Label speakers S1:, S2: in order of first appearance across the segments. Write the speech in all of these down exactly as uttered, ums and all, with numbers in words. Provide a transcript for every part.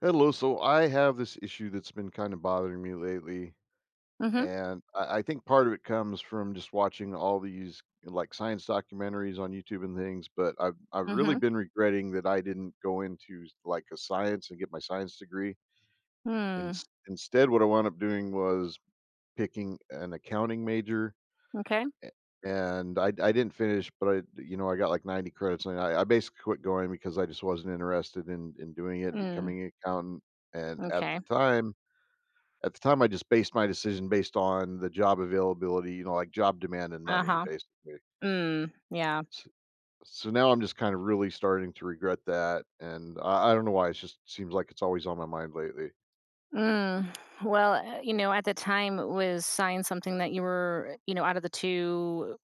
S1: Hello. So I have this issue that's been kind of bothering me lately.
S2: Mhm,
S1: And I, I think part of it comes from just watching all these like science documentaries on YouTube and things. But I've, I've really
S2: mhm.
S1: been regretting that I didn't go into like a science and get my science degree. And
S2: Mm,
S1: instead, what I wound up doing was picking an accounting major.
S2: okay.
S1: a- And I, I didn't finish, but I, you know, I got like ninety credits. And I, I basically quit going because I just wasn't interested in, in doing it and
S2: Mm,
S1: becoming an accountant. And at the
S2: okay.
S1: time, at the time, I just based my decision based on the job availability, you know, like job demand and money,
S2: Uh-huh.
S1: basically.
S2: Mm, yeah.
S1: S- So now I'm just kind of really starting to regret that, and I, I don't know why. It just seems like it's always on my mind lately,
S2: Mm. Well, uh, you know, at the time was science something that you were, you know, out of the two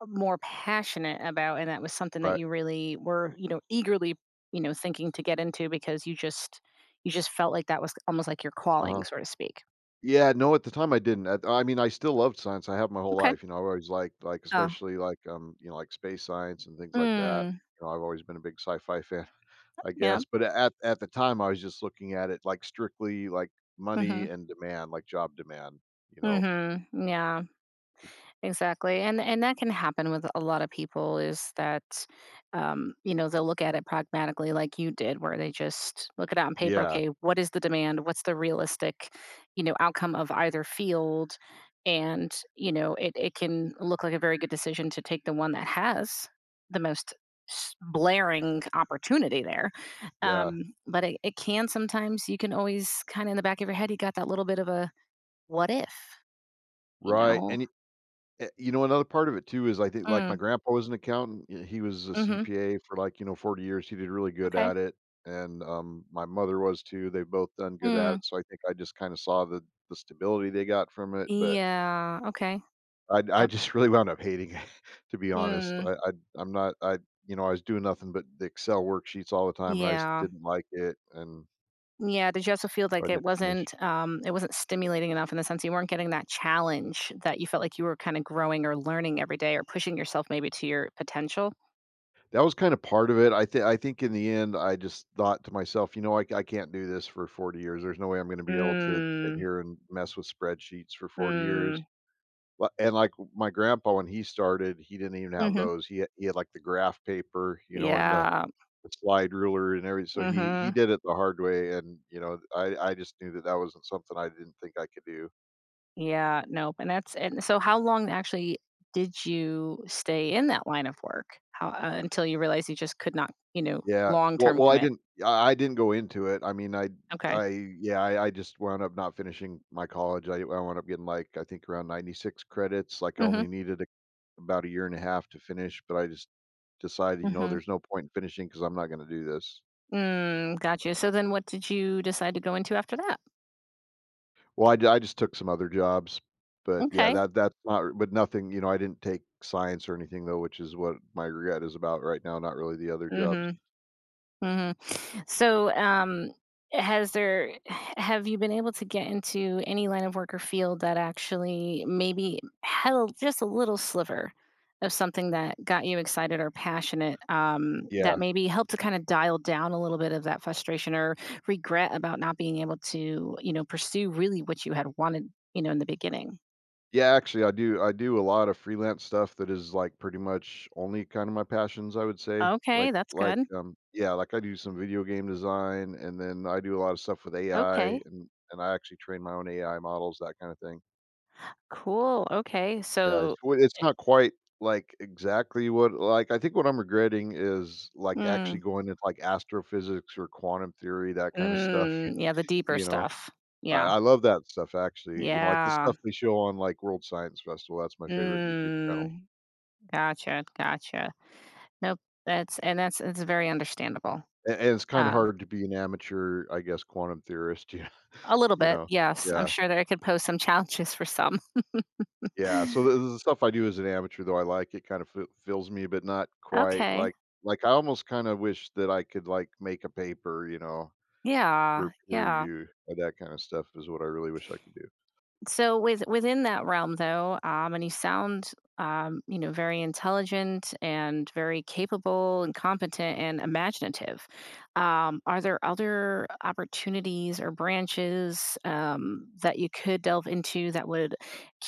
S2: uh, more passionate about, and that was something that
S1: right?
S2: you really were, you know, eagerly, you know, thinking to get into because you just you just felt like that was almost like your
S1: Uh
S2: calling,
S1: huh.
S2: so to speak.
S1: Yeah, no, at the time I didn't. At- I mean, I still loved science. I have my whole
S2: Okay.
S1: life. You know, I've always liked, like,
S2: Oh.
S1: especially like, um, you know, like space science and things like that.
S2: Mm,
S1: You know, I've always been a big sci-fi fan, I
S2: yeah.
S1: guess. But at at the time, I was just looking at it like strictly like
S2: Mhm.
S1: money and demand, like job demand. You know,
S2: Mhm. Yeah. Exactly, and and that can happen with a lot of people is that, um, you know, they'll look at it pragmatically like you did, where they just look it out on paper.
S1: yeah,
S2: Okay, what is the demand? What's the realistic, you know, outcome of either field? And you know, it it can look like a very good decision to take the one that has the most s- blaring opportunity there.
S1: yeah,
S2: Um, but it, it can sometimes you can always kind of in the back of your head you got that little bit of a what if, you
S1: right,
S2: know?
S1: and y eh, you know, another part of it too is I think, like, my
S2: Mm,
S1: grandpa was an accountant, y he was a
S2: mm-hmm.
S1: C P A for, like, you know, forty years, he did really good
S2: Okay.
S1: at it, and, um, my mother was too, they've both done good at
S2: Mm,
S1: it, so I think I just kinda saw the the stability they got from it, but
S2: yeah, okay,
S1: I I
S2: yep.
S1: just really wound up hating it, to be honest,
S2: Mm,
S1: I I I'm not I You know, I was doing nothing but the Excel worksheets all the time, and I just
S2: yeah.
S1: didn't like it, and
S2: Yeah, did you also feel
S1: I
S2: like it
S1: didn't finish.
S2: wasn't, um, it wasn't stimulating enough in the sense you weren't getting that challenge that you felt like you were kinda growing or learning every day or pushing yourself maybe to your potential?
S1: That was kind of part of it. I think I think in the end, I just thought to myself, you know, I, I can't do this for forty years. There's no way I'm going to be able to sit
S2: Mm,
S1: here and mess with spreadsheets for forty
S2: mm,
S1: years. Li- And like my grandpa, when he started, he didn't even have
S2: mhm,
S1: those. He had, he had like the graph paper, you know, and the,
S2: yeah,
S1: the slide ruler and everything. So he he
S2: mhm,
S1: did it the hard way, and you know, I I just knew that that wasn't something I didn't think I could do.
S2: yeah, nope. And that's and so how long actually did you stay in that line of work? How, uh until you realized you just could not, you know,
S1: Yeah. Well
S2: long-term
S1: well, I
S2: commit?
S1: didn't I I didn't go into it. I mean, I
S2: Okay.
S1: I yeah, I I just wound up not finishing my college. I I wound up getting, like, I think around ninety-six credits, like, I
S2: Mhm,
S1: only needed a about a year and a half to finish, but I just decided, you know,
S2: mhm.
S1: there's no point in finishing because 'cause I'm not gonna do this.
S2: Mm, gotcha. So then what did you decide to go into after that?
S1: Well, I ju I just took some other jobs, but yeah,
S2: Okay.
S1: that that's not but nothing you know, I didn't take science or anything though, which is what my regret is about right now, not really the other jobs.
S2: Mhm. Mhm. So, um has there have you been able to get into any line of work or field that actually maybe had a, just a little sliver of something that got you excited or passionate um, that
S1: Yeah.
S2: maybe helped to kind of dial down a little bit of that frustration or regret about not being able to you know pursue really what you had wanted you know in the beginning.
S1: Yeah, actually, I do I do a lot of freelance stuff that is, like, pretty much only kind of my passions, I would say.
S2: Okay,
S1: Like
S2: that's
S1: like,
S2: good,
S1: um yeah, like, I do some video game design, and then I do a lot of stuff with A I,
S2: okay.
S1: and and I actually train my own A I models, that kinda thing.
S2: Cool. Okay.
S1: Yeah, it's
S2: So,
S1: w it's not quite, like, exactly what like, I think what I'm regretting is, like,
S2: mm,
S1: actually going into, like, astrophysics or quantum theory, that kinda stuff,
S2: mm, yeah, the deeper
S1: you know?
S2: stuff.
S1: I
S2: Yeah.
S1: I love that stuff, actually, you know, like, the
S2: Yeah.
S1: stuff they show on, like, World Science Festival, that's my favorite YouTube channel.
S2: Mm, gotcha. Gotcha. Nope. That's and that's it's very understandable.
S1: And and it's kinda
S2: Um,
S1: hard to be an amateur, I guess, quantum theorist, you
S2: a little
S1: you
S2: bit,
S1: know?
S2: yes. I'm
S1: Yeah,
S2: sure that it could pose some challenges for some.
S1: yeah, so the the stuff I do as an amateur, though I like it, kinda f fills me, but not quite,
S2: Okay.
S1: like like, I almost kinda wish that I could, like, make a paper, you know,
S2: Yeah.
S1: for peer
S2: Yeah.
S1: review, and that kinda stuff is what I really wish I could do.
S2: So with within that realm though um and you sound um you know very intelligent and very capable and competent and imaginative um are there other opportunities or branches um that you could delve into that would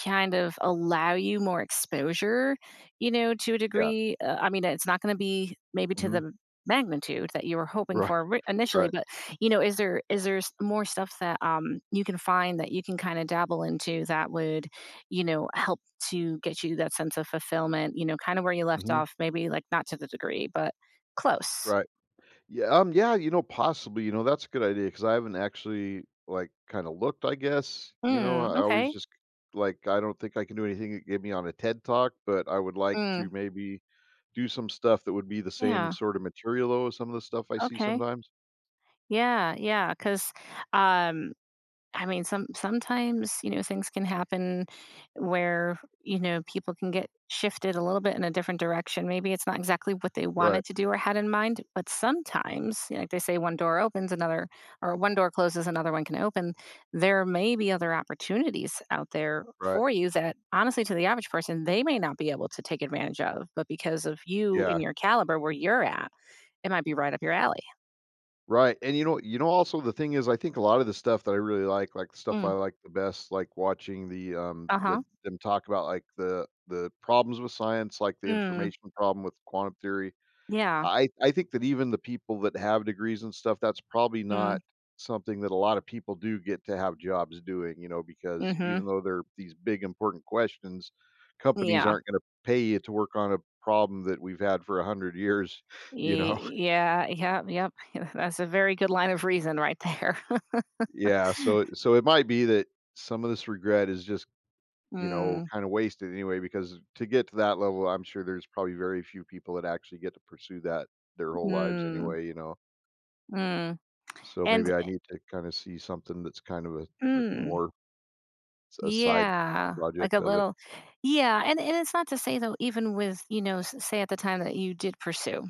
S2: kind of allow you more exposure you know to a
S1: Yeah,
S2: degree. uh, I mean, it's not going to be maybe to
S1: mhm,
S2: the magnitude that you were hoping
S1: right,
S2: for ri- initially.
S1: right,
S2: But you know is there is there s- more stuff that um you can find that you can kind of dabble into that would you know help to get you that sense of fulfillment you know kind of where you left
S1: mhm,
S2: off, maybe, like not to the degree but close.
S1: right. Yeah, um, yeah, you know, possibly, you know, that's a good idea because I haven't actually like kind of looked, I guess. You know,
S2: Mm,
S1: I always
S2: okay.
S1: just like I don't think I can do anything that get me on a TED talk, but I would like
S2: Mm,
S1: to maybe do some stuff that would be the same
S2: yeah,
S1: sort of material though as some of the stuff I see
S2: okay,
S1: sometimes.
S2: yeah, yeah, because um I mean, some sometimes, you know, things can happen where, you know, people can get shifted a little bit in a different direction. Maybe it's not exactly what they
S1: Right,
S2: wanted to do or had in mind, but sometimes, you know, like they say one door opens, another or one door closes, another one can open. There may be other opportunities out there
S1: right.
S2: for you that honestly to the average person, they may not be able to take advantage of, but because of you and
S1: Yeah.
S2: your caliber where you're at, it might be right up your alley.
S1: Right. And you know, you know also the thing is I think a lot of the stuff that I really like, like the stuff I
S2: Mm,
S1: like the best, like watching the um the
S2: uh-huh.
S1: them talk about like the the problems with science, like the
S2: Mm,
S1: information problem with quantum theory.
S2: yeah.
S1: I I think that even the people that have degrees and stuff, that's probably
S2: Mm,
S1: not something that a lot of people do get to have jobs doing, you know, because even
S2: mhm.
S1: though they're these big important questions, companies
S2: Yeah.
S1: aren't going to pay you to work on a problem that we've had for a hundred years, you know.
S2: Ye yeah, yep, yep. That's a very good line of reason right there.
S1: Yeah, so so it might be that some of this regret is just you know
S2: Mm,
S1: kind of wasted anyway because to get to that level I'm sure there's probably very few people that actually get to pursue that their whole lives
S2: mm,
S1: anyway you know.
S2: mm,
S1: So
S2: and
S1: maybe I need to kinda see something that's kind of a that
S2: mm,
S1: more s a side
S2: yeah, like a
S1: project of it.
S2: little yeah. And and it's not to say though, even with, you know, s say at the time that you did pursue,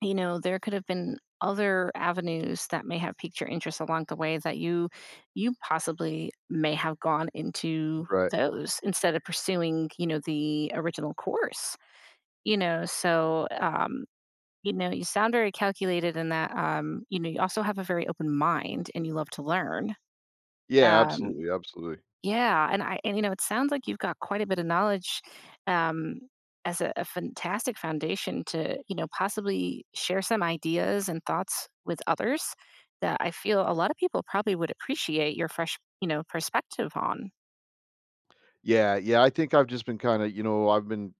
S2: you know, there could have been other avenues that may have piqued your interest along the way that you you possibly may have gone into
S1: Right.
S2: those instead of pursuing, you know, the original course, you know, so, um You know, you sound very calculated in that, um, you know, you also have a very open mind and you love to learn.
S1: Yeah,
S2: Um,
S1: absolutely, absolutely.
S2: yeah, and I and you know, it sounds like you've got quite a bit of knowledge um, as a, a fantastic foundation to, you know, possibly share some ideas and thoughts with others that I feel a lot of people probably would appreciate your fresh, you know, perspective on.
S1: Yeah, yeah, I think I've just been kinda you know, I've been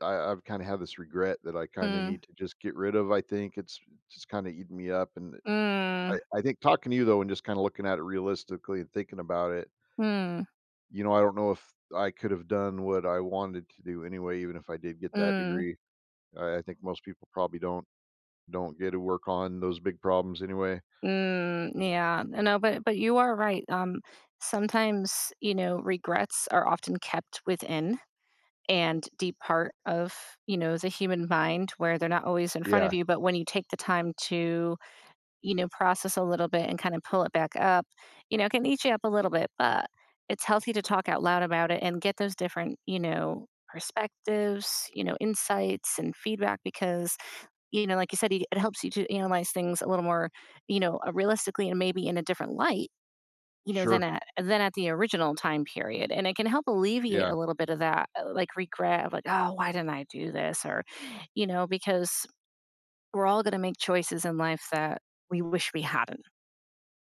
S1: I I've kinda had this regret that I kinda
S2: Mm,
S1: need to just get rid of, I think it's just kinda eating me up, and I
S2: mm,
S1: I think talking to you, though, and just kinda looking at it realistically and thinking about it,
S2: mm,
S1: you know, I don't know if I could have done what I wanted to do anyway, even if I did get that
S2: mm.
S1: degree. I I think most people probably don't don't get to work on those big problems anyway.
S2: Mm, yeah. No, but but you are right. Um, sometimes, you know, regrets are often kept within and deep part of, you know, the human mind where they're not always in front
S1: Yeah,
S2: of you, but when you take the time to, you know, process a little bit and kind of pull it back up, you know, it can eat you up a little bit, but it's healthy to talk out loud about it and get those different, you know, perspectives, you know, insights and feedback because you know, like you said, it it helps you to analyze things a little more, you know, uh, realistically and maybe in a different light, you know, than
S1: sure.
S2: at than at the original time period. And it can help alleviate
S1: Yeah,
S2: a little bit of that, uh, like regret of like, oh, why didn't I do this? Or, you know, because we're all going to make choices in life that we wish we hadn't,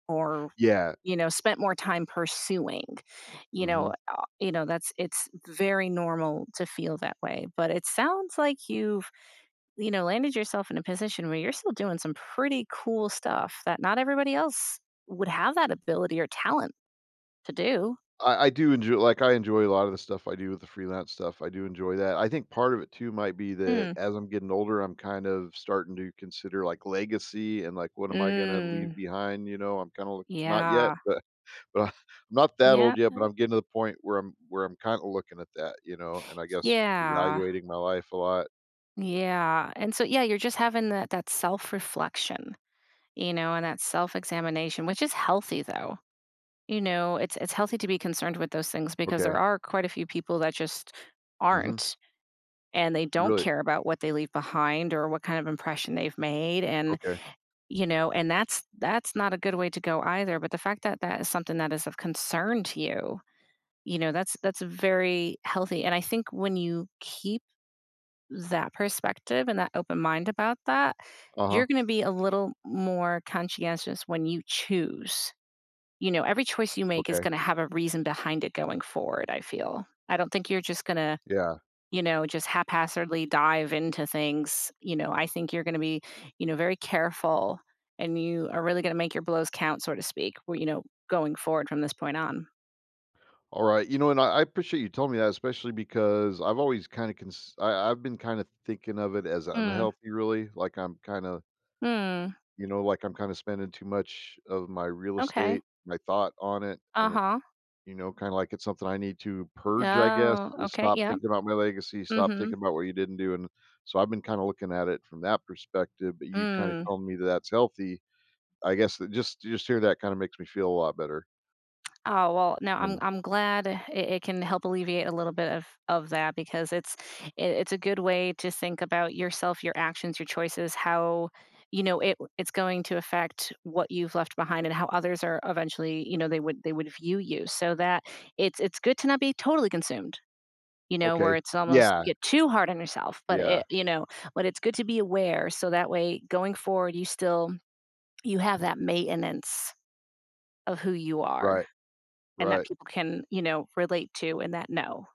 S2: or
S1: yeah,
S2: you know, spent more time pursuing. You know,
S1: mhm.
S2: uh, you know that's it's very normal to feel that way. But it sounds like you've you know, landed yourself in a position where you're still doing some pretty cool stuff that not everybody else would have that ability or talent to do.
S1: I I do enjoy like, I enjoy a lot of the stuff I do with the freelance stuff, I do enjoy that. I think part of it too might be that
S2: Mm.
S1: as I'm getting older, I'm kind of starting to consider, like, legacy and, like, what am I gonna leave
S2: Mm.
S1: behind, you know? I'm kinda not yet,
S2: Yeah.
S1: but but I- I'm not that
S2: Yeah.
S1: old yet, but I'm getting to the point where I'm where I'm kinda looking at that, you know, and I guess
S2: Yeah.
S1: evaluating my life a lot.
S2: Yeah. And so yeah, you're just having that that self-reflection, you know, and that self-examination, which is healthy though. You know, it's it's healthy to be concerned with those things because there
S1: Okay.
S2: are quite a few people that just
S1: Mhm.
S2: aren't and they don't
S1: Really?
S2: care about what they leave behind or what kind of impression they've made. and
S1: Okay.
S2: you know and that's that's not a good way to go either. But the fact that that is something that is of concern to you, you know that's that's very healthy. And I think when you keep that perspective and that open mind about that,
S1: Uh-huh.
S2: you're going to be a little more conscientious when you choose. You know every choice you make is
S1: Okay.
S2: going to have a reason behind it going forward, I feel. I don't think you're just going to,
S1: Yeah.
S2: you know, just haphazardly dive into things, you know, I think you're going to be, you know, very careful, and you are really going to make your blows count, so to speak, where, you know, going forward from this point on.
S1: All right, you know, and I, I appreciate you telling me that, especially because I've always kind of cons- I, I've been kind of thinking of it as
S2: Mm,
S1: unhealthy, really. Like I'm kind of,
S2: mm,
S1: you know, like I'm kind of spending too much of my real
S2: okay.
S1: estate, my thought on it,
S2: Uh
S1: and it,
S2: huh.
S1: you know, kind of like it's something I need to purge, I guess,
S2: Oh,
S1: is
S2: okay.
S1: stop
S2: Yep.
S1: thinking about my legacy,
S2: Mm
S1: stop
S2: hmm.
S1: thinking about what you didn't do, and so I've been kind of looking at it from that perspective. But you kind of
S2: Mm.
S1: telling me that that's healthy, I guess. That just just hear that kind of makes me feel a lot better.
S2: Oh, well, no, I'm
S1: And
S2: I'm glad it, it can help alleviate a little bit of of that because it's it, it's a good way to think about yourself, your actions, your choices, how you know it it's going to affect what you've left behind and how others are eventually, you know, they would they would view you. So that it's it's good to not be totally consumed, you know, where
S1: okay,
S2: it's almost you
S1: yeah,
S2: get too hard on yourself, but
S1: yeah,
S2: it you know, but it's good to be aware so that way going forward you still you have that maintenance of who you are
S1: right,
S2: and that
S1: right.
S2: people can, you know, relate to and that no.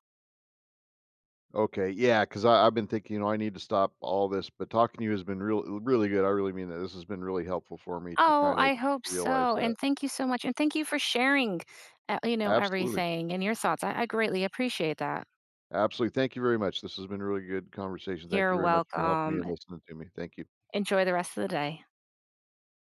S1: Okay, yeah, because I've been thinking, you know, I need to stop all this, but talking to you has been real really good. I really mean that. This has been really helpful for me to
S2: Oh,
S1: kinda
S2: I hope
S1: realize
S2: so.
S1: that.
S2: And thank you so much. And thank you for sharing, uh, you know,
S1: Absolutely.
S2: everything and your thoughts. I, I greatly appreciate that.
S1: Absolutely. Thank you very much. This has been a really good conversation. Thank
S2: You're
S1: you very much for helping me
S2: welcome.
S1: and listening to me. Thank you.
S2: Enjoy the rest of the day.